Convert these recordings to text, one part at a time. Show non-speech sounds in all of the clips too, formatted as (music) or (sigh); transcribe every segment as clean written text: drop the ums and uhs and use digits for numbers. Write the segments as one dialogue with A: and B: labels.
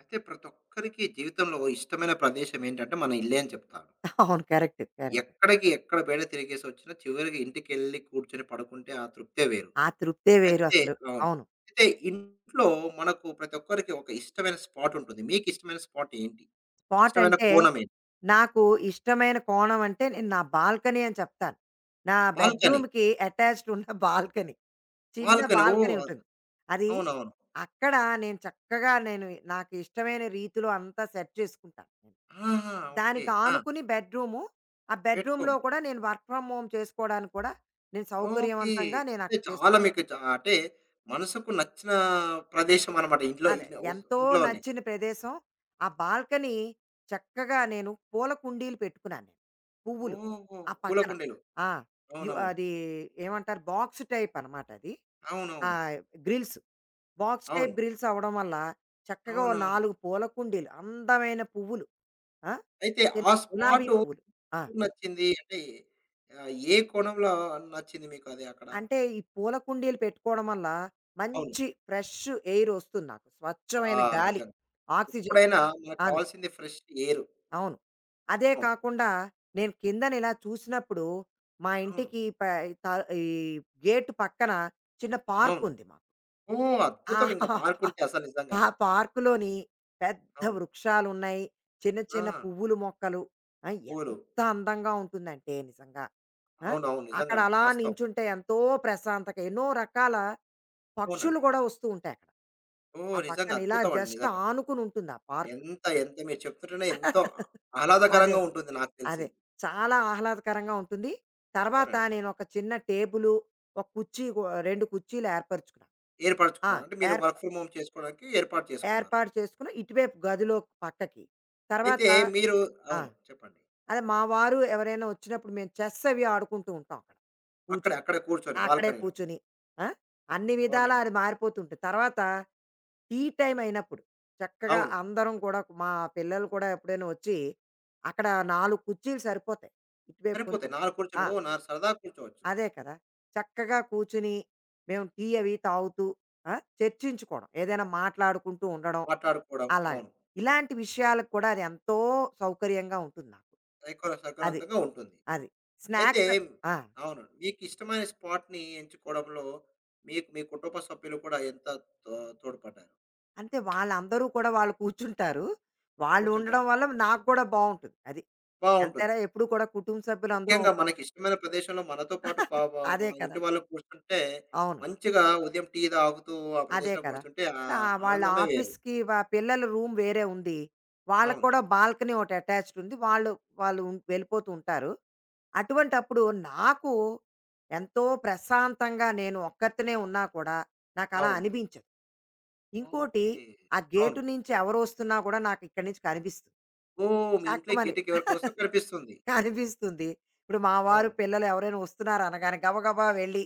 A: అయితే ప్రతి ఒక్కరికి జీవితంలో ఓ ఇష్టమైన ప్రదేశం ఏంటంటే మన ఇల్లే అని చెప్తారు.
B: అవును. కరెక్ట్. కరెక్ట్.
A: ఎక్కడికి ఎక్కడ బేడ తిరిగేసి వచ్చినా చివరికి ఇంటికెళ్ళి కూర్చొని పడుకుంటే ఆ తృప్తే వేరు.
B: ఆ తృప్తే వేరు
A: అయితే
B: అసలు.
A: అవును.
B: అవును.
A: అయితే ఇంట్లో మనకు ప్రతి ఒక్కరికి ఒక ఇష్టమైన స్పాట్ ఉంటుంది. మీకు ఇష్టమైన స్పాట్ ఏంటి?
B: స్పాట్
A: ఇష్టమైన
B: అంటే
A: కోణం ఏంటి?
B: నాకు ఇష్టమైన కోణం అంటే నేను నా బాల్కనీ అని చెప్తాను. నా
A: బాల్కనీ.
B: బెడ్‌రూమ్‌కి అటాచ్డ్ ఉన్న (laughs) బాల్కనీ. చిన్న
A: బాల్కనీ. ఓహ్!
B: బాల్కనీ ఉంటుంది. అది
A: అవునవును.
B: అక్కడ నేను చక్కగా నాకు ఇష్టమైన రీతిలో అంతా సెట్ చేసుకుంటాను. నేను
A: ఆహా! ఓకే.
B: దానికి
A: ఆ!
B: ఆనుకుని బెడ్‌రూము. ఆ బెడ్‌రూమ్‌లో
A: పెట్టుకోము.
B: కూడా నేను వర్క్ ఫ్రమ్ హోమ్ చేసుకోవడానికి కూడా నేను
A: ఓకే.
B: సౌకర్యవంతంగా నేను
A: అంటే
B: అక్కడ
A: చాలా మీకు అంటే మనసుకు నచ్చిన ప్రదేశం అన్నమాట. ఇంట్లో
B: అదే. ఎంతో
A: ఇంట్లోనే.
B: నచ్చిన ప్రదేశం. ఆ బాల్కనీ చక్కగా నేను పూల కుండీలు పెట్టుకున్నాను. పువ్వులు.
A: ఓహో!
B: ఆ
A: పూల
B: పక్కన.
A: కుండీలు.
B: ఆ!
A: అవునవును.
B: అది ఏమంటారు? బాక్స్ టైప్ అనమాట అది.
A: అవునవును.
B: ఆహ్, గ్రిల్స్. బాక్స్ టైప్
A: అవును.
B: గ్రిల్స్ అవ్వడం వల్ల చక్కగా ఓ
A: అవునవును.
B: 4 పూల కుండీలు. అందమైన పువ్వులు. ఆ!
A: అయితే
B: చిన్న
A: ఆ
B: గులాబీ
A: స్పాటు
B: పువ్వులు. ఆ!
A: ఎందుకు నచ్చింది? అంటే ఏ కోణంలో నచ్చింది మీకు అది అక్కడ?
B: అంటే ఈ పూల కుండీలు పెట్టుకోవడం వల్ల
A: అవును.
B: మంచి ఫ్రెష్ ఎయిర్ ఒస్తుంది నాకు.
A: ఆ!
B: స్వచ్ఛమైన గాలి.
A: నిజంగా.
B: ఆక్సిజన్.
A: ఎప్పుడైనా మనకు
B: అవును.
A: కావాల్సింది ఫ్రెష్ ఎయిర్.
B: అవును. అదే
A: అవును.
B: కాకుండా నేను కిందన ఇలా చూసినప్పుడు మా
A: అవును.
B: ఇంటికి ప త ఈ గేట్ పక్కన చిన్న
A: అవును.
B: పార్కుంది మాకు.
A: ఓహ్! అద్భుతం ఇంక
B: ఆ!
A: పార్క్ ఉంటే అసలు నిజంగా.
B: ఆ పార్కులోని పెద్ద
A: అవును.
B: వృక్షాలున్నాయి. చిన్న
A: ఆ!
B: చిన్న పువ్వులు మొక్కలు. ఆ!
A: పూలు.
B: ఎంత అందంగా ఉంటుందంటే నిజంగా. ఆ!
A: అవునవును.
B: అక్కడ
A: నిజంగండి.
B: అలా
A: వాస్తవం.
B: నించుంటే ఎంతో ప్రశాంతక ఎన్నో రకాల పక్షులు
A: అవునండి.
B: గూడా వస్తూ ఉంటాయక్కడ. ఆ
A: ఓహ్! నిజంగా
B: పక్కన ఇలా
A: అద్భుతం అండి
B: జస్ట్
A: నిజంగా.
B: ఆనుకుని ఉంటుంది ఆ పార్కు.
A: ఎంత ఎంత మీరు చెప్తుంటేనే ఎంతో
B: (laughs) అదే.
A: ఆహ్లాదకరంగా ఉంటుంది నాకు తెలిసి.
B: అదే. చాలా ఆహ్లాదకరంగా ఉంటుంది. తర్వాత
A: అవునండి.
B: నేనొక చిన్న టేబులు, ఒక కుర్చీ కూ 2 కుర్చీలు ఏర్పరుచుకున్నాను. ఆ!
A: ఏర్పరచుకున్నారు. అంటే మీరు
B: ఏర్ప
A: వర్క్ ఫ్రమ్ హోమ్ చేసుకోవడానికి ఏర్పాటు చేసుకున్నారు.
B: ఏర్పాటు చేసుకొని ఇటువైపు గదిలో పక్కకి. తర్వాత
A: అయితే మీరు
B: ఇప్పుడు ఆ!
A: అవును. చెప్పండి.
B: అదే మా వారు ఎవరైనా వచ్చినప్పుడు మేము చెస్ అవి ఆడుకుంటూ ఉంటాం అక్కడ
A: అక్కడే
B: కూర్చొని.
A: అక్కడ కూర్చొని
B: అక్కడే
A: బాల్కనీలో.
B: కూర్చొని. ఆ! అన్ని విధాలా
A: అవునండి.
B: అది మారిపోతూ ఉంటుంది. తర్వాత టీ టైమ్ అయినప్పుడు చక్కగా
A: అవును.
B: అందరం కూడా మా పిల్లలు కూడా ఎప్పుడైనా వచ్చి అక్కడ 4 కుర్చీలు సరిపోతాయి. ఇటువైపు కొంచెం
A: సరిపోతాయి. 4
B: ఆ!
A: కుర్చీలు నా సరదా కూర్చోవచ్చు.
B: అదే కదా! చక్కగా కూర్చుని మేము టీ అవి తాగుతూ ఆ! చర్చించుకోవడం. ఏదైనా మాట్లాడుకుంటూ ఉండడం
A: మాట్లాడుకోవడం.
B: అలాగా.
A: అవును.
B: ఇలాంటి విషయాలకు కూడా అది ఎంతో సౌకర్యంగా ఉంటుంది నాకు. అది.
A: సౌకర్యవంతంగా ఉంటుంది.
B: అది.
A: అయితే
B: స్నాక్స్ ఆ!
A: అవును. మీకు ఇష్టమైన స్పాట్‌ని ఎంచుకోవడంలో మీకు మీ కుటుంబ సభ్యులు కూడా ఎంత తో తోడ్పడ్డారు?
B: అంటే వాళ్ళందరూ కూడా వాళ్ళు కూర్చుంటారు. వాళ్ళు ఉండడం
A: కూర్చుంటారు.
B: వల్ల నాకు కూడా బావుంటుంది. అది.
A: బావుంటుంది.
B: ఎంతైనా ఎప్పుడు కూడా కుటుంబ సభ్యులందరం
A: ముఖ్యంగా
B: ఒక
A: మనకిష్టమైన ప్రదేశంలో మనతో పాటు పా పా మన
B: అదే కదా!
A: ఇంటి వాళ్ళు కూర్చుంటే,
B: అవును.
A: మంచిగా ఉదయం టీ తాగుతూ ఆ
B: అదే
A: ప్రదేశంలో
B: కదా!
A: కూర్చుంటే
B: ఇప్పుడు వాళ్ళ
A: ఆనందమే వేరు.
B: ఆఫీస్‌కి వా పిల్లల రూమ్ వేరే ఉంది. వాళ్ళకి
A: అవును.
B: కూడా బాల్కనీ ఒకటి అటాచ్డ్ ఉంది. వాళ్ళు వెళ్ళిపోతూ ఉంటారు. అటువంటప్పుడు నాకు ఎంతో ప్రశాంతంగా నేను ఒక్కర్తినే ఉన్నా కూడా నాకలా
A: అవును.
B: అనిపించదు. ఇంకోటి
A: ఓకే.
B: ఆ
A: అవును.
B: గేటు నుంచి ఎవరొస్తున్నా కూడా నాకు ఇక్కడి నుంచి కనిపిస్తుంది.
A: ఓహ్! మీ ఇంట్లో
B: టక్కుమని.
A: గేట్‌కి ఎవరికొస్తే
B: (laughs)
A: కనిపిస్తుంది.
B: అనిపిస్తుంది. ఇప్పుడు మా వారు
A: అవును.
B: పిల్లలు ఎవరైనా వస్తున్నారు అనగానే గబగబా వెళ్ళి,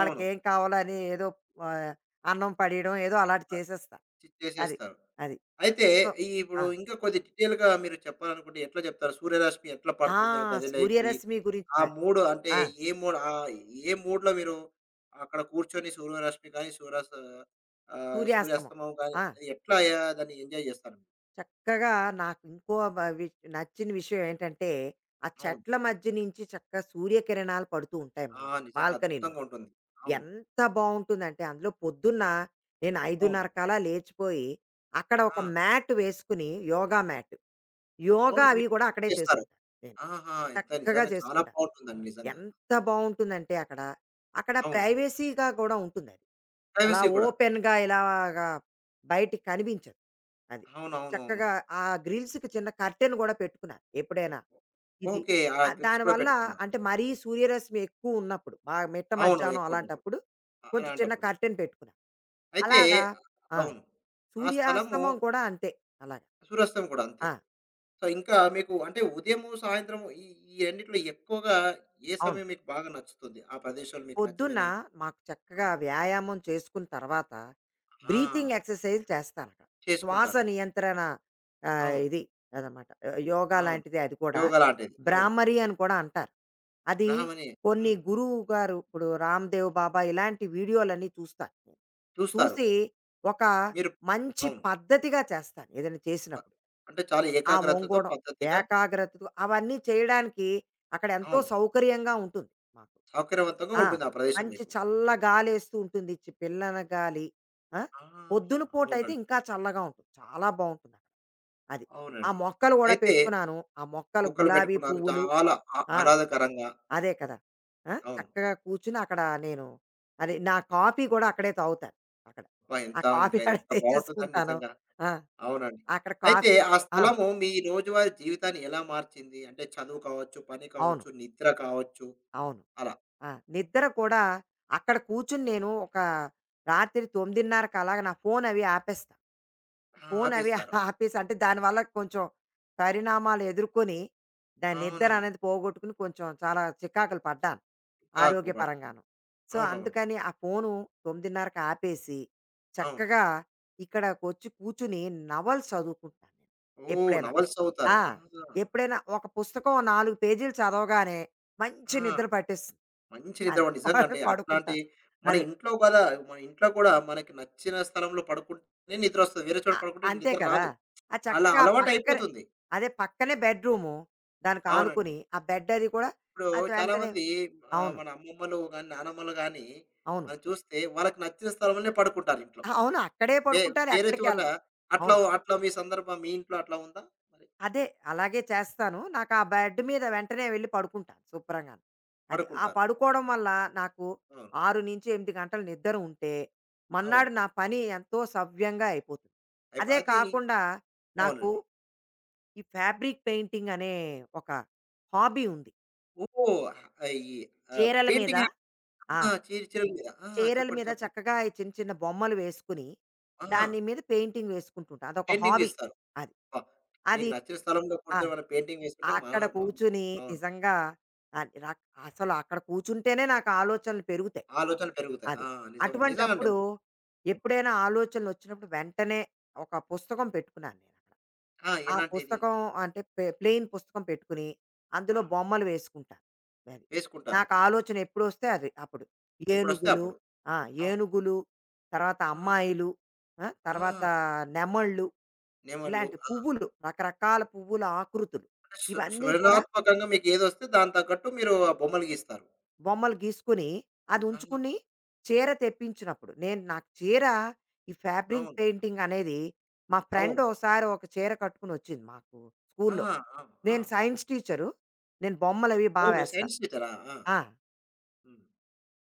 A: అవును.
B: కావాలో అని ఏదో ఆహ్, అన్నం పడేయడం ఏదో అలాంటివి
A: అ
B: చేసేస్తా. అది.
A: చేసేస్తారు.
B: అది.
A: అయితే
B: సో
A: ఇప్పుడు
B: ఆ!
A: ఇంకా కొద్ది డీటెయిల్‌గా మీరు చెప్పాలనుకుంటే ఎట్లా చెప్తారు? సూర్యరశ్మి ఎట్లా
B: ఆ!
A: పడుతుంది ఆ గదిలోకి?
B: సూర్యరశ్మి గురించి
A: ఆ మూడ్ అంటే
B: ఆ!
A: ఏ మూడ్ ఏ మూడ్‌లో మీరు అక్కడ కూర్చొని సూర్యరశ్మి గాని, సూర్యాస్
B: సూర్యాస్తమం.
A: సూర్యాస్తమయం గాని
B: ఆ!
A: ఎట్లా యా దాన్ని ఎంజాయ్ చేస్తారు?
B: చక్కగా నాకు ఇంకో నచ్చిన విషయం ఏంటంటే ఆ
A: అవును.
B: చెట్ల మధ్య నుంచి చక్కగా సూర్యకిరణాలు పడుతూ ఉంటాయి
A: ఆ!
B: మాకు
A: నిజంగా
B: బాల్కనీలో
A: అద్భుతంగా ఉంటుంది. అవును.
B: ఎంత బాగుంటుందంటే అందులో పొద్దున్న నేను
A: అవును.
B: 5:30 కలా లేచిపోయి అక్కడ
A: ఆ!
B: ఒక మ్యాట్ వేసుకుని యోగా మ్యాట్ యోగా
A: ఓహ్!
B: అవి
A: మీరు
B: కూడా అక్కడే
A: చేస్తారు.
B: చేసుకుంటాను నేను
A: ఆహా! ఎంత
B: చక్కగా
A: నిజంగా చాలా
B: చేసుకుంటాను
A: బావుంటుందండి నిజంగా.
B: ఎంత బాగుంటుందంటే అక్కడ అక్కడ
A: అవును.
B: ప్రైవసీగా కూడా ఉంటుంది అది అలా
A: ప్రైవసీ కూడా.
B: ఓపెన్గా ఇలాగా బయటికి కనిపించదు అది
A: అవునవునవును.
B: చక్కగా ఆ గ్రిల్స్‌కి చిన్న కర్టెన్ గూడా పెట్టుకున్నాను ఎప్పుడైనా. ఇది.
A: ఓకే. ఆ గ్రిల్స్ కూడా
B: దానివల్ల
A: పెట్టుకున్నారు.
B: అంటే మరీ సూర్యరశ్మి ఎక్కువున్నప్పుడు, బాగా మిట్ట
A: అవును.
B: మధ్యాహ్నం
A: ఎక్కువ ఉన్నప్పుడు.
B: అలాంటప్పుడు
A: అ
B: కొంచెం చిన్న
A: అలాంటప్పుడు.
B: కర్టెన్ పెట్టుకున్నాను.
A: అయితే
B: అలాగా ఆ!
A: అవును. ఆ స్థలము
B: సూర్యాస్తమం కూడా అంతే అలాగా.
A: సూర్యాస్తమయం కూడా అంతే.
B: ఆ!
A: సో, ఇంకా మీకు అంటే ఉదయము, సాయంత్రము ఈ ఈ రెండిట్లో ఎక్కువగా ఏ
B: అవును.
A: సమయం మీకు బాగా నచ్చుతుంది? ఆ ప్రదేశాలు మీకు
B: పొద్దున్న
A: నచ్చమని
B: మాకు చక్కగా
A: అవును.
B: వ్యాయామం చేసుకున్న తర్వాత
A: ఆ!
B: బ్రీతింగ్ ఎక్సర్సైజ్ చేస్తాను అక్కడ. శ్వాస
A: చేసుకుంటారు.
B: నియంత్రణ
A: అవును.
B: ఇది అదనమాట. యోగా
A: అవును.
B: లాంటిదే అది కూడా.
A: యోగా లాంటిది. అవును.
B: బ్రాహ్మరి అని కూడా అంటారు. అది
A: బ్రాహ్మణి
B: కొన్ని
A: హ్మ్.
B: గురువు గారు ఇప్పుడు 'రామ్‌దేవ్ బాబా' ఇలాంటి వీడియోలన్నీ చూస్తాను. నేను.
A: చూస్తారు.
B: చూసి ఒక
A: మీరు
B: మంచి
A: అవును.
B: పద్ధతిగా చేస్తాను ఏదైనా
A: అ
B: చేసినప్పుడు.
A: అంటే చాలా
B: ఆ
A: ఏకాగ్రతతో
B: ఒంగోడం,
A: పద్ధతిగా
B: ఏకాగ్రతతో అవన్నీ చేయడానికి అక్కడ ఎంతో
A: అవును.
B: సౌకర్యంగా ఉంటుంది మాకు.
A: సౌకర్యవంతంగా
B: ఆ!
A: ఉంటుంది ఆ ప్రదేశం
B: మంచి
A: మీకు.
B: చల్ల గాలేస్తూ ఉంటుంది. పిల్లన గాలి. ఆ!
A: ఆ!
B: పొద్దున పూటైతే
A: అవునండి.
B: ఇంకా చల్లగా ఉంటుంది. చాలా బావుంటుందక్కడ. అది. ఆ
A: అవునండి.
B: మొక్కలు గూడా
A: అయితే
B: పెట్టుకున్నాను. ఆ మొక్కలు
A: మొక్కలు
B: గులాబీ
A: పెట్టుకున్నారు.
B: పువ్వులు
A: చాలా
B: ఆ!
A: ఆహ్లాదకరంగా.
B: అదే కదా! ఆ!
A: అవును.
B: చక్కగా కూర్చుని అక్కడ నేను అది నా కాఫీ గూడా అక్కడే తాగుతాను. అక్కడ.
A: అబ్బా!
B: ఆ
A: ఎంత
B: కాఫీ
A: ఇంకా
B: అక్కడ
A: ఎంత బావుంటుందండి
B: తెచ్చేసుకుంటాను.
A: నిజంగా.
B: ఆ!
A: అవునండి.
B: అక్కడ
A: అయితే
B: కాఫీ
A: ఆ
B: ఆ!
A: స్థలము మీ రోజువారీ జీవితాన్ని ఎలా మార్చింది? అంటే చదువు కావచ్చు, పని
B: అవును.
A: కావచ్చు, నిద్ర కావచ్చు
B: అవును.
A: అలా.
B: ఆ! నిద్ర కూడా అక్కడ కూర్చుని నేను ఒక రాత్రి 9:30 అలాగా నా ఫోనవి ఆపేస్తాను.
A: ఆ!
B: ఫోన్ అవి
A: ఆపేశారు.
B: ఆపేసి అంటే దానివల్ల కొంచెం పరిణామాలు ఎదుర్కొని దాని నిద్ర
A: అవునవును.
B: అనేది పోగొట్టుకుని కొంచెం చాలా చికాకులు పడ్డాను
A: చికాకు పడి
B: ఆరోగ్యపరంగాను
A: అవునవును.
B: అందుకని ఆ ఫోను 9:30కు ఆపేసి
A: అవును.
B: చక్కగా ఇక్కడకు వచ్చి కూర్చుని నవల్స్ చదువుకుంటాను నేను
A: ఓహ్!
B: ఎప్పుడైనా
A: నవల్స్ చదువుతారు.
B: ఆ,
A: ఆ!
B: ఎప్పుడైనా ఒక పుస్తకం 4 పేజీలు చదవగానే మంచి
A: ఆ!
B: నిద్ర పట్టేస్తుంది
A: మంచి నిద్ర
B: అది (laughs)
A: నిజంగండి. అట్లాంటి
B: పడుకుంటాను
A: మన
B: అదే
A: ఇంట్లో గూడా మన ఇంట్లో కూడా మనకి నచ్చిన స్థలంలో పడుకుంటేనే నిద్రొస్తది. వేరే చోట
B: అ
A: పడుకుంటే
B: అంతే
A: నిద్ర
B: కదా!
A: రాదు.
B: ఆ
A: అలా
B: చక్కగా ఆ పక్కనే
A: అలవాటయిపోతుంది.
B: అదే పక్కనే బెడ్‌రూము. దానికి
A: అవునండి.
B: ఆనుకుని ఆ బెడ్ అది కూడా
A: ఇప్పుడు
B: అది వెంటనే
A: చాలామంది
B: అవును.
A: మన అమ్మమ్మలు గాని, నానమ్మలు గాని
B: అవును.
A: మనం చూస్తే వాళ్ళకి నచ్చిన స్థలంలోనే పడుకుంటారు ఇంట్లో.
B: అవును. అక్కడే
A: వే
B: పడుకుంటారు.
A: వేరే చోట
B: ఎక్కడికెళ్ళరు.
A: అట్లా
B: అవును.
A: అట్లా మీ సందర్భం మీ ఇంట్లో అట్లా ఉందా? మరి
B: అదే అలాగే చేస్తాను. నాకు ఆ బెడ్ మీద వెంటనే వెళ్లి పడుకుంటాను శుభ్రంగాను. అది ఆ
A: పడుకుంటారు.
B: పడుకోవడం వల్ల నాకు
A: అవును.
B: 6-8 గంటలు నిద్ర ఉంటే,
A: అవును.
B: మర్నాడు నా పని ఎంతో సవ్యంగా అయిపోతుంది.
A: అయిపో
B: అదే
A: అది
B: కాకుండా నాకు
A: అవునండి.
B: ఈ ఫ్యాబ్రిక్ పెయింటింగ్ అనే ఒక హాబీ ఉంది.
A: ఓహ్! ఈ
B: చీరల మీద
A: పెయింటింగ్ ఆ!
B: ఆ!
A: చిరుల మీద. ఆ!
B: చీరల
A: చెప్పండి.
B: మీద
A: చెప్పండి.
B: చక్కగా ఈ చిన్న చిన్న బొమ్మలు వేసుకుని,
A: ఆ!
B: దాని మీద పెయింటింగ్ వేసుకుంటుంటా. అదొక
A: పెయింటింగ్
B: హాబీ
A: వేస్తారు.
B: అది.
A: అబ్బా! మీకు
B: అది
A: నచ్చిన స్థలంలో
B: ఆ!
A: కూర్చొని మనం పెయింటింగ్ వేసుకుంటే మన
B: అక్కడ
A: మ
B: కూర్చుని
A: అవును.
B: నిజంగా ఆహ్, రక్ అసలు అక్కడ కూర్చుంటేనే నాకు ఆలోచనలు పెరుగుతాయి.
A: ఆలోచనలు పెరుగుతాయి.
B: అది.
A: ఆ! నిజం. నిజంగండి.
B: అటువంటప్పుడు ఎప్పుడైనా ఆలోచనలొచ్చినప్పుడు వెంటనే ఒక పుస్తకం పెట్టుకున్నాను నేను.
A: ఆ!
B: ఆ
A: ఎలాంటిది?
B: పుస్తకం అంటే ప్లెయిన్ పుస్తకం పెట్టుకుని,
A: ఆ!
B: అందులో బొమ్మలు వేసుకుంటాను. అది.
A: వేసుకుంటారు.
B: నాకు ఆలోచన ఎప్పుడొస్తే అది అప్పుడు.
A: ఎప్పుడొస్తే
B: ఏనుగులు
A: అప్పుడు.
B: ఆ!
A: అవును.
B: ఏనుగులు, తర్వాత
A: ఆ!
B: అమ్మాయిలు, ఆ! తర్వాత
A: ఆ!
B: నెమళ్ళు,
A: నెమళ్ళు.
B: ఇలాంటి
A: ఆ!
B: పువ్వులు, రకరకాల పువ్వుల ఆకృతులు.
A: అంటే
B: ఇవన్నీ కూడా
A: సృజనాత్మకంగా మీకేదొస్తే దానికి తగ్గట్టు మీరు ఆ బొమ్మలు గీస్తారు.
B: బొమ్మలు గీసుకుని, అది
A: ఆ!
B: ఉంచుకుని చీర తెప్పించినప్పుడు నాకు చీర ఈ ఫ్యాబ్రిక్
A: అవును.
B: పెయింటింగ్ అనేది మా ఫ్రెండ్
A: అవును.
B: ఓసారి ఒక చీర కట్టుకునొచ్చింది మాకు
A: ఆ!
B: స్కూల్‌లో.
A: ఆ! ఆ!
B: నేను సైన్స్ టీచరు. నేను బొమ్మలవి
A: ఓహ్! మీరు
B: వేస్తా.
A: సైన్స్ టీచరా? ఆ!
B: ఆ!
A: హ్మ్.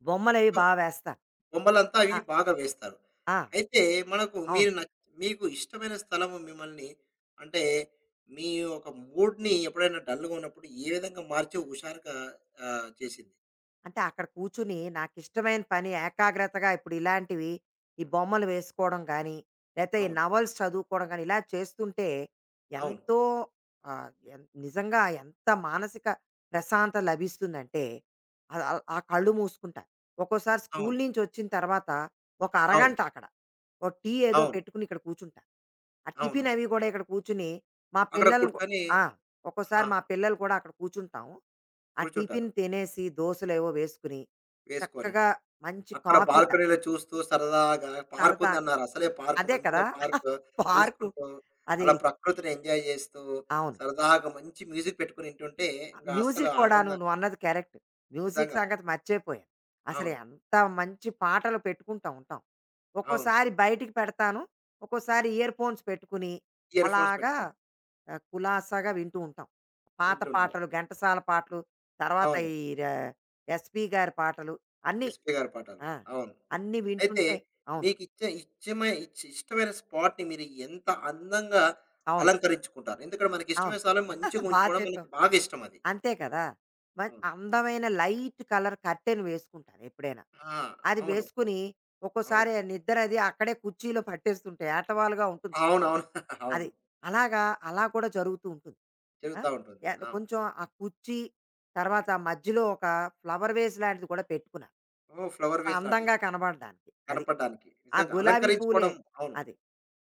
B: బొమ్మలవి
A: సో,
B: వేస్తా.
A: బొమ్మలంతా అవి
B: ఆ!
A: బాగా వేస్తారు.
B: ఆ!
A: అయితే మనకు
B: అవును.
A: మీరు న మీకు ఇష్టమైన స్థలము మిమ్మల్ని అంటే మీ ఒక మూడ్‌ని ఎప్పుడైనా డల్‌గా ఉన్నప్పుడు ఏ విధంగా మార్చి హుషారుగా చేసింది?
B: అంటే అక్కడ కూర్చుని నాకిష్టమైన పని ఏకాగ్రతగా ఇప్పుడు ఇలాంటివి, ఈ బొమ్మలు వేసుకోవడం గానీ, లేతే ఈ
A: అవును.
B: నవల్స్ చదువుకోవడం గానీ, ఇలా చేస్తుంటే
A: అవును.
B: ఎంతో ఆహ్, ఎన్ నిజంగా ఎంత మానసిక ప్రశాంతత లభిస్తుందంటే ఆహ్, ఆహ్, ఆ కళ్ళు మూసుకుంటా. ఒక్కోసారి
A: అవును.
B: స్కూలు నుంచొచ్చిన తర్వాత ఒక
A: అవును.
B: అరగంట అక్కడ. ఒక టీ ఏదో
A: అవును. అవును.
B: పెట్టుకుని ఇక్కడ కూర్చుంటా. ఆ టిఫిన్
A: అవునవును.
B: అవి కూడా ఇక్కడ కూర్చుని, మా
A: అక్కడ
B: పిల్లల్ని కూ
A: కూర్చొని
B: ఆ! ఒక్కోసారి మా
A: ఆహా!
B: పిల్లలు కూడా అక్కడ కూర్చుంటాం. ఆ
A: కూర్చుంటారు
B: టిఫిన్ తినేసి దోసలేవో వేసుకుని,
A: వేసుకొని.
B: చక్కగా మంచి
A: అక్కడ
B: కాఫీ తా
A: బాల్కనీలో చూస్తూ సరదాగా పార్క్
B: సరదాగా
A: ఉందన్నారు. అసలే పార్క్
B: అదే
A: మంచిగా
B: కదా!
A: పార్క్
B: (laughs) పార్కు
A: చూసుకుంటూ,
B: అది
A: అలా ప్రకృతిని ఎంజాయ్ చేస్తూ,
B: అవును.
A: సరదాగా మంచి మ్యూజిక్ పెట్టుకొని వింటుంటే, ఇంక అస్సలు
B: మ్యూజిక్ కూడాను
A: ఆనందం
B: నువ్వన్నది కరెక్ట్. మ్యూజిక్
A: నిజంగా.
B: సంగతి మర్చిపోయాను. అసలు
A: అవును.
B: ఎంత మంచి పాటలు పెట్టుకుంటా ఉంటాం.
A: అవును.
B: ఒక్కోసారి బయటికి పెడతాను. ఒక్కోసారి ఇయర్ ఫోన్స్ పెట్టుకుని
A: ఇయర్ ఫోన్స్
B: అలాగా
A: పెట్టుకొని
B: కులాసాగా వింటూ ఉంటాం. పాత
A: వింటుంటారు.
B: పాటలు, ఘంటసాల పాటలు, తర్వాత
A: అవును.
B: ఈ ర ఎస్‌పి గారి పాటలు అన్నీ.
A: ఎస్‌పి గారి పాటలు.
B: ఆ!
A: అవును.
B: అన్నీ
A: అయితే
B: వింటుంటే అవును.
A: మీకిచ్చే ఇచ్చమై ఇచ్ ఇష్టమైన స్పాట్‌ని మీరు ఎంత అందంగా
B: అవును.
A: అలంకరించుకుంటారు? ఎందుకంటే మనకి
B: అవును.
A: ఇష్టమైన స్థలం మంచిగా
B: (laughs)
A: ఉంచుకోవడం మనకి
B: చెప్పావు.
A: బాగా ఇష్టం అది.
B: అంతే కదా! మరి
A: అవును.
B: అందమైన లైట్ కలర్ కర్టెన్ వేసుకుంటాను ఎప్పుడైనా.
A: ఆ!
B: అది
A: అవును.
B: వేసుకొని ఒక్కోసారి
A: అవును.
B: నిద్ర అది అక్కడే కుర్చీలో పట్టేస్తుంటాయి. ఏటవాలుగా ఉంటుంది కుర్చీ.
A: అవునవును. (laughs) అవును.
B: అది. అలాగా అలా కూడా జరుగుతూ ఉంటుంది. ఆ!
A: జరుగుతా ఉంటుంది.
B: య
A: అవును.
B: కొంచెం ఆ కుర్చీ, తర్వాత ఆ మధ్యలో ఒక ఫ్లవర్ వేస్ లాంటిది కూడా పెట్టుకున్నాను.
A: ఓహ్! ఫ్లవర్
B: ఒక
A: వేస్ లాంటిది.
B: అందంగా కనబడడానికి. అది.
A: కనపడడానికి.
B: ఆ
A: నిజంగా
B: గులాబీ పూలే
A: అలంకరించుకోవడం. అవును.
B: అది.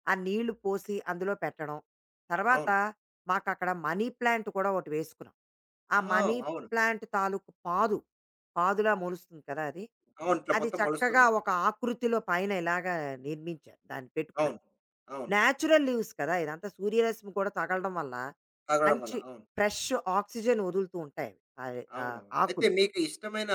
B: ఆ నీళ్లు పోసి అందులో పెట్టడం. తర్వాత
A: అవును.
B: మాకక్కడ మనీ ప్లాంట్ కూడా ఒకటి వేసుకున్నాం. ఆ
A: ఆ!
B: మనీ
A: అవును.
B: ప్లాంట్ తాలూకు పాదు, పాదులా మొలుస్తుంది కదా! అది.
A: అవును. ఇట్లా
B: అది
A: మొత్తం
B: చక్కగా
A: మొలుస్తుంది.
B: ఒక ఆకృతిలో పైన ఇలాగా నిర్మించాను. దాన్ని
A: అవును.
B: పెట్టుకున్నాను.
A: అవును.
B: న్యాచురల్ లీవ్స్ కదా! ఇదంతా సూర్యరశ్మి కూడా తగలడం వల్ల,
A: తగలడం వల్ల.
B: మంచి
A: అవును.
B: ఫ్రెష్ ఆక్సిజన్ వదులుతూ ఉంటాయి అవి. అవి
A: అవునవును. అయితే
B: ఆకులు.
A: మీకు ఇష్టమైన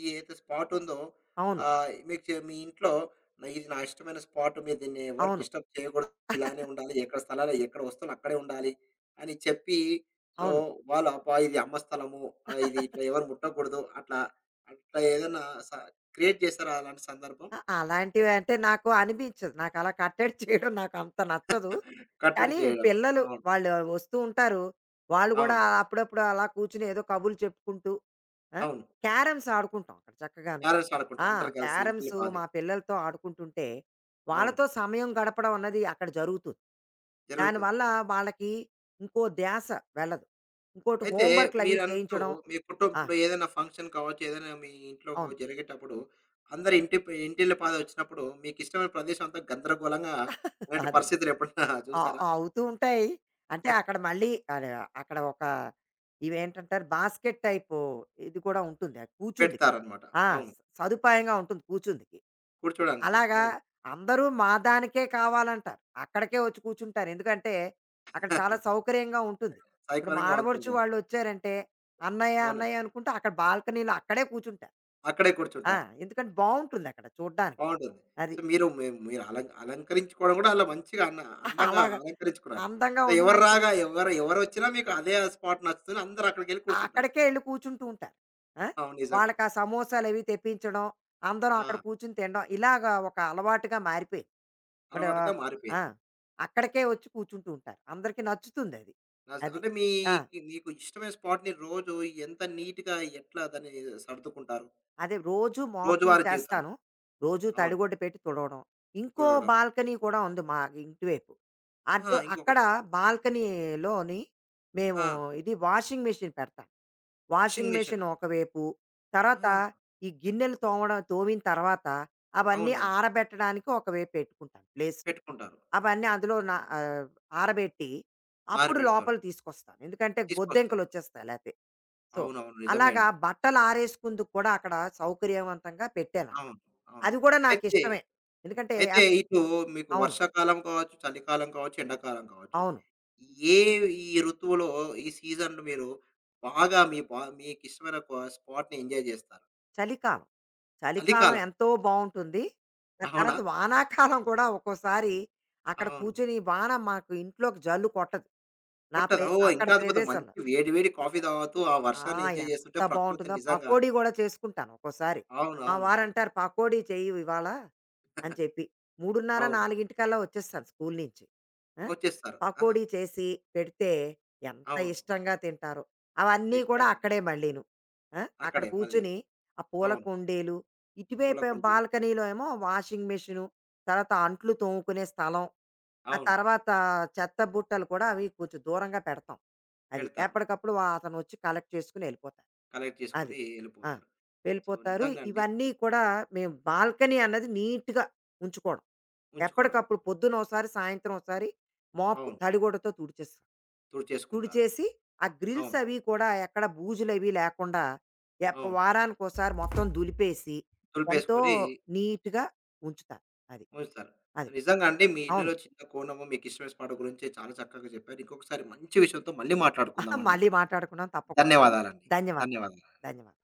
A: ఈ ఏదైతే స్పాట్ ఉందో
B: అవును.
A: మీకు చే మీ ఇంట్లో "నా- ఇది నా ఇష్టమైన స్పాట్. మీరు దీన్ని ఎవరు
B: అవును.
A: డిస్టర్బ్ చేయకూడదు. ఇలానే ఉండాలి. ఎక్కడ స్థలాలు ఎక్కడ వస్తువులు అక్కడే ఉండాలి అని చెప్పి సో,
B: అవును.
A: వాళ్ళు అబ్బా! ఇది అమ్మ స్థలము. ఇది ఇట్లా ఎవరు ముట్టకూడదు. అట్లా అట్లా ఏదన్నా స క్రియేట్ చేశారా అలాంటి సందర్భం?
B: అ! అలాంటివి అంటే నాకు అనిపించదు. నాకలా కట్టడి చేయడం నాకంత నచ్చదు.
A: (laughs) కట్టడి
B: కానీ
A: చేయడం.
B: పిల్లలు
A: అవును.
B: వాళ్ళు వస్తూ ఉంటారు. వాళ్ళు గూడా
A: అవును.
B: అప్పుడప్పుడు అలా కూర్చొని ఏదో కబుర్లు చెప్పుకుంటూ, ఆ!
A: అవును.
B: క్యారమ్స్ ఆడుకుంటాం అక్కడ చక్కగాను.
A: క్యారమ్స్ ఆడుకుంటారు.
B: ఆ!
A: అందరూ కలిసి ఇంటిల్లి
B: క్యారమ్స్
A: పాది.
B: మా పిల్లలతో ఆడుకుంటుంటే,
A: అవును.
B: వాళ్ళతో సమయం గడపడం అన్నది అక్కడ జరుగుతుంది.
A: జరుగుతుంది.
B: దానివల్ల వాళ్ళకి ఇంకో ధ్యాస వెళ్ళదు. ఇంకోటి
A: అయితే
B: హోంవర్క్‌లవి
A: మీరన్నట్టు
B: చేయించడం
A: మీ కుటుంబం
B: ఆ!
A: ఇప్పుడు ఏదైనా ఫంక్షన్ కావచ్చు, ఏదైనా మీ ఇంట్లో
B: అవును.
A: జరిగేటప్పుడు అందరు ఇంటి ప ఇంటిల్లి పాది వచ్చినప్పుడు మీకు ఇష్టమైన ప్రదేశం అంతా గందరగోళంగా
B: (laughs)
A: అలాంటి
B: అది.
A: పరిస్థితులు ఎప్పుడన్నా
B: ఆ!
A: చూసారా?
B: ఆ అవుతూ ఉంటాయి. అంటే అక్కడ మళ్ళీ అదే అక్కడ ఒక ఇవేంటంటారు బాస్కెట్ టైపు ఇది కూడా ఉంటుంది. కూర్చుందికి.
A: పెడతారన్నమాట.
B: ఆ!
A: అవును.
B: సదుపాయంగా ఉంటుంది కూర్చుందికి.
A: కూర్చోడానికి.
B: అలాగా
A: అవును.
B: అందరూ మా దానికే కావాలంటారు. అక్కడికే వచ్చి కూర్చుంటారు. ఎందుకంటే, అక్కడ చాలా
A: (laughs)
B: సౌకర్యంగా ఉంటుంది. ఇప్పుడు మా
A: సౌకర్యంగా
B: ఆడపడుచు
A: ఉంటుంది.
B: వాళ్ళొచ్చారంటే, అన్నయ్య,
A: అవునండి.
B: అన్నయ్య అనుకుంటూ అక్కడ బాల్కనీలో అక్కడే కూర్చుంటారు.
A: అక్కడే
B: ఆ!
A: కూర్చుంటారు.
B: ఎందుకంటే బావుంటుందక్కడ చూడ్డానికి.
A: బావుంటుంది.
B: అది.
A: సో, మీరు అలం అలంకరించుకోవడం కూడా అలా మంచిగా అన్న
B: (laughs)
A: అందంగా
B: అలాగా
A: అలంకరించుకున్నారు.
B: అందంగా
A: సో,
B: ఉండి
A: ఎవరు
B: మంచి
A: రాగా ఎవరొచ్చినా మీకు అదే స్పాట్ నచ్చుతుంది. అందరూ అక్కడికెళ్ళి కూర్చుంటారు.
B: అక్కడికే ఎళ్లి కూర్చుంటూ ఉంటారు. ఆ!
A: అవును. నిజంగా.
B: వాళ్ళకా సమోసాలవి తెప్పించడం, అందరం
A: ఆ!
B: అక్కడ కూర్చొని తినడం. ఇలాగా ఒక అలవాటుగా మారిపోయింది. ఇప్పుడు
A: అలవాటుగా
B: ఆ!
A: మారిపోయింది.
B: అక్కడికే వచ్చి కూర్చుంటూ ఉంటారు. అందరికీ నచ్చుతుందది.
A: నస్
B: అది.
A: అంటే
B: అది ఆ!
A: మీకు ఇష్టమైన స్పాట్‌ని రోజు ఎంత నీట్‌గా ఎట్లా దాన్ని సర్దుకుంటారు?
B: అదే రోజు మాపింగ్
A: రోజువారీ జీవితంలో.
B: చేస్తాను. రోజు
A: అవును.
B: తడిగుడ్డ పెట్టి తుడవడం. ఇంకో
A: తుడవడం.
B: బాల్కనీ కూడా ఉంది మా ఇంటి వైపు.
A: ఆ!
B: అటు అక్కడ
A: ఇంకొకటి.
B: బాల్కనీలోని
A: ఆ!
B: మేము ఇది వాషింగ్ మెషీన్ పెడతాం.
A: Washing
B: washing
A: machine.
B: మెషీన్ ఒకవైపు, తర్వాత
A: ఆ!
B: ఈ గిన్నెలు తోమడం తోమిన తర్వాత అవన్నీ
A: అవునవును.
B: ఆరబెట్టడానికి ఒకవైపు పెట్టుకుంటాను ప్లేస్.
A: పెట్టుకుంటారు.
B: అవన్నీ
A: ఓకే.
B: అందులో నా ఆరబెట్టి అప్పుడు
A: ఆరబెడతారు.
B: లోపలికి తీసుకొస్తాను. ఎందుకంటే
A: తీసుకొస్తారు.
B: బొద్దింకలొచ్చేస్తాయి లేతే. సో,
A: అవునవును. నిజమే
B: అలాగా
A: అండి.
B: బట్టలు ఆరేసుకుందుకు కూడా అక్కడ సౌకర్యవంతంగా పెట్టానక్కడ.
A: అవును. అవును.
B: అది కూడా
A: అయితే,
B: నాకిష్టమే. ఎందుకంటే
A: అయితే
B: యాప్
A: ఇటు మీకు
B: అవును.
A: వర్షాకాలం కావచ్చు, చలికాలం కావచ్చు, ఎండాకాలం కావచ్చు.
B: అవును.
A: ఏ ఈ ఋతువులో ఈ సీజన్‌లో మీరు బాగా మీ బా మీకిష్టమైన ఒక స్పాట్‌ని ఎంజాయ్ జేస్తారు?
B: చలికాలం. చలికాలం
A: చలికాలం.
B: ఎంతో బావుంటుంది. ఆ
A: అవునా?
B: తర్వాత వానాకాలం కూడా ఒక్కోసారి అక్కడ
A: అవును.
B: కూర్చొని వాన మాకు ఇంట్లోకి జల్లు కొట్టదు. నా
A: పుట్టదు.
B: ప్రే
A: ఓహ్!
B: అక్కడ
A: ఇంకా అద్భుతం.
B: ప్రదేశంలో.
A: మంచి వేడి వేడి కాఫీ తాగుతూ, ఆ
B: ఆ!
A: వర్షాన్ని ఎంజాయ్
B: ఎంత
A: చేస్తుంటే ప్రకృతి
B: బావుంటుందో.
A: నిజంగా
B: పకోడీ గూడా చేసుకుంటాను ఒక్కోసారి.
A: అవును.
B: మా
A: అవును. అవును.
B: వారంటారు, "పకోడీ చెయ్యు ఇవాళ" అని చెప్పి 3:30,
A: అవును.
B: 4 వచ్చేస్తాను స్కూల్ నుంచి. ఆ!
A: వచ్చేస్తారు. ఆహా!
B: పకోడీ చేసి పెడితే ఎంత
A: అవును.
B: ఇష్టంగా తింటారో.
A: ఎంత
B: అవన్నీ కూడా
A: ఇష్టంగా.
B: అక్కడే మళ్ళీను. ఆ! అక్కడ
A: అక్కడే మళ్ళీ.
B: కూర్చొని ఆ పూల
A: అవును.
B: కుండీలు,
A: పూల
B: ఇటువైపు
A: కుండీలు.
B: బాల్కనీలో ఏమో వాషింగ్ మెషీను, తర్వాత అంట్లు తోముకునే స్థలం, ఆ
A: అవును.
B: తర్వాత చెత్త బుట్టలు కూడా అవి కొంచెం దూరంగా పెడతాం. అది.
A: పెడతారు.
B: ఎప్పటికప్పుడు అతనొచ్చి కలెక్ట్ చేసుకొని ఎళ్ళిపోతారు.
A: కలెక్ట్
B: అది.
A: చేసుకొని
B: ఆ!
A: ఎళ్ళిపోతారు. సో,
B: వెళ్ళిపోతారు.
A: నిజంగా అండి.
B: ఇవన్నీ కూడా మేము బాల్కనీ అన్నది నీట్‌గా ఉంచుకోవడం.
A: ఉంచుకోవడం.
B: ఎప్పటికప్పుడు పొద్దున ఓసారి, సాయంత్రం ఓసారి మోపు
A: అవును.
B: తడిగుడ్డతో తుడిచేస్తాం.
A: తుడిచేసుకుంటారు.
B: తుడిచేసి, ఆ గ్రిల్స్
A: అవును.
B: అవి కూడా ఎక్కడ బూజులవి లేకుండా
A: అవును.
B: వారానికోసారి మొత్తం దులిపేసి, ఎంతో
A: దులిపేసుకొని
B: నీట్‌గా ఉంచుతాను. అది.
A: ఉంచుతారు. సో
B: అది.
A: నిజంగా అండి మీ
B: అవును.
A: ఇల్లులో చిన్న కోణము, మీకిష్టమైన స్పాట్ గురించి చాలా చక్కగా చెప్పారు. ఇంకొకసారి మంచి విషయంతో మళ్ళీ
B: (laughs)
A: మాట్లాడుకుందామండి.
B: మళ్ళీ మాట్లాడుకుందాం తప్పకుండాను.
A: ధన్యవాదాలండి.
B: ధన్యవాదాలండి.
A: ధన్యవాదాలు.
B: ధన్యవాదాలు.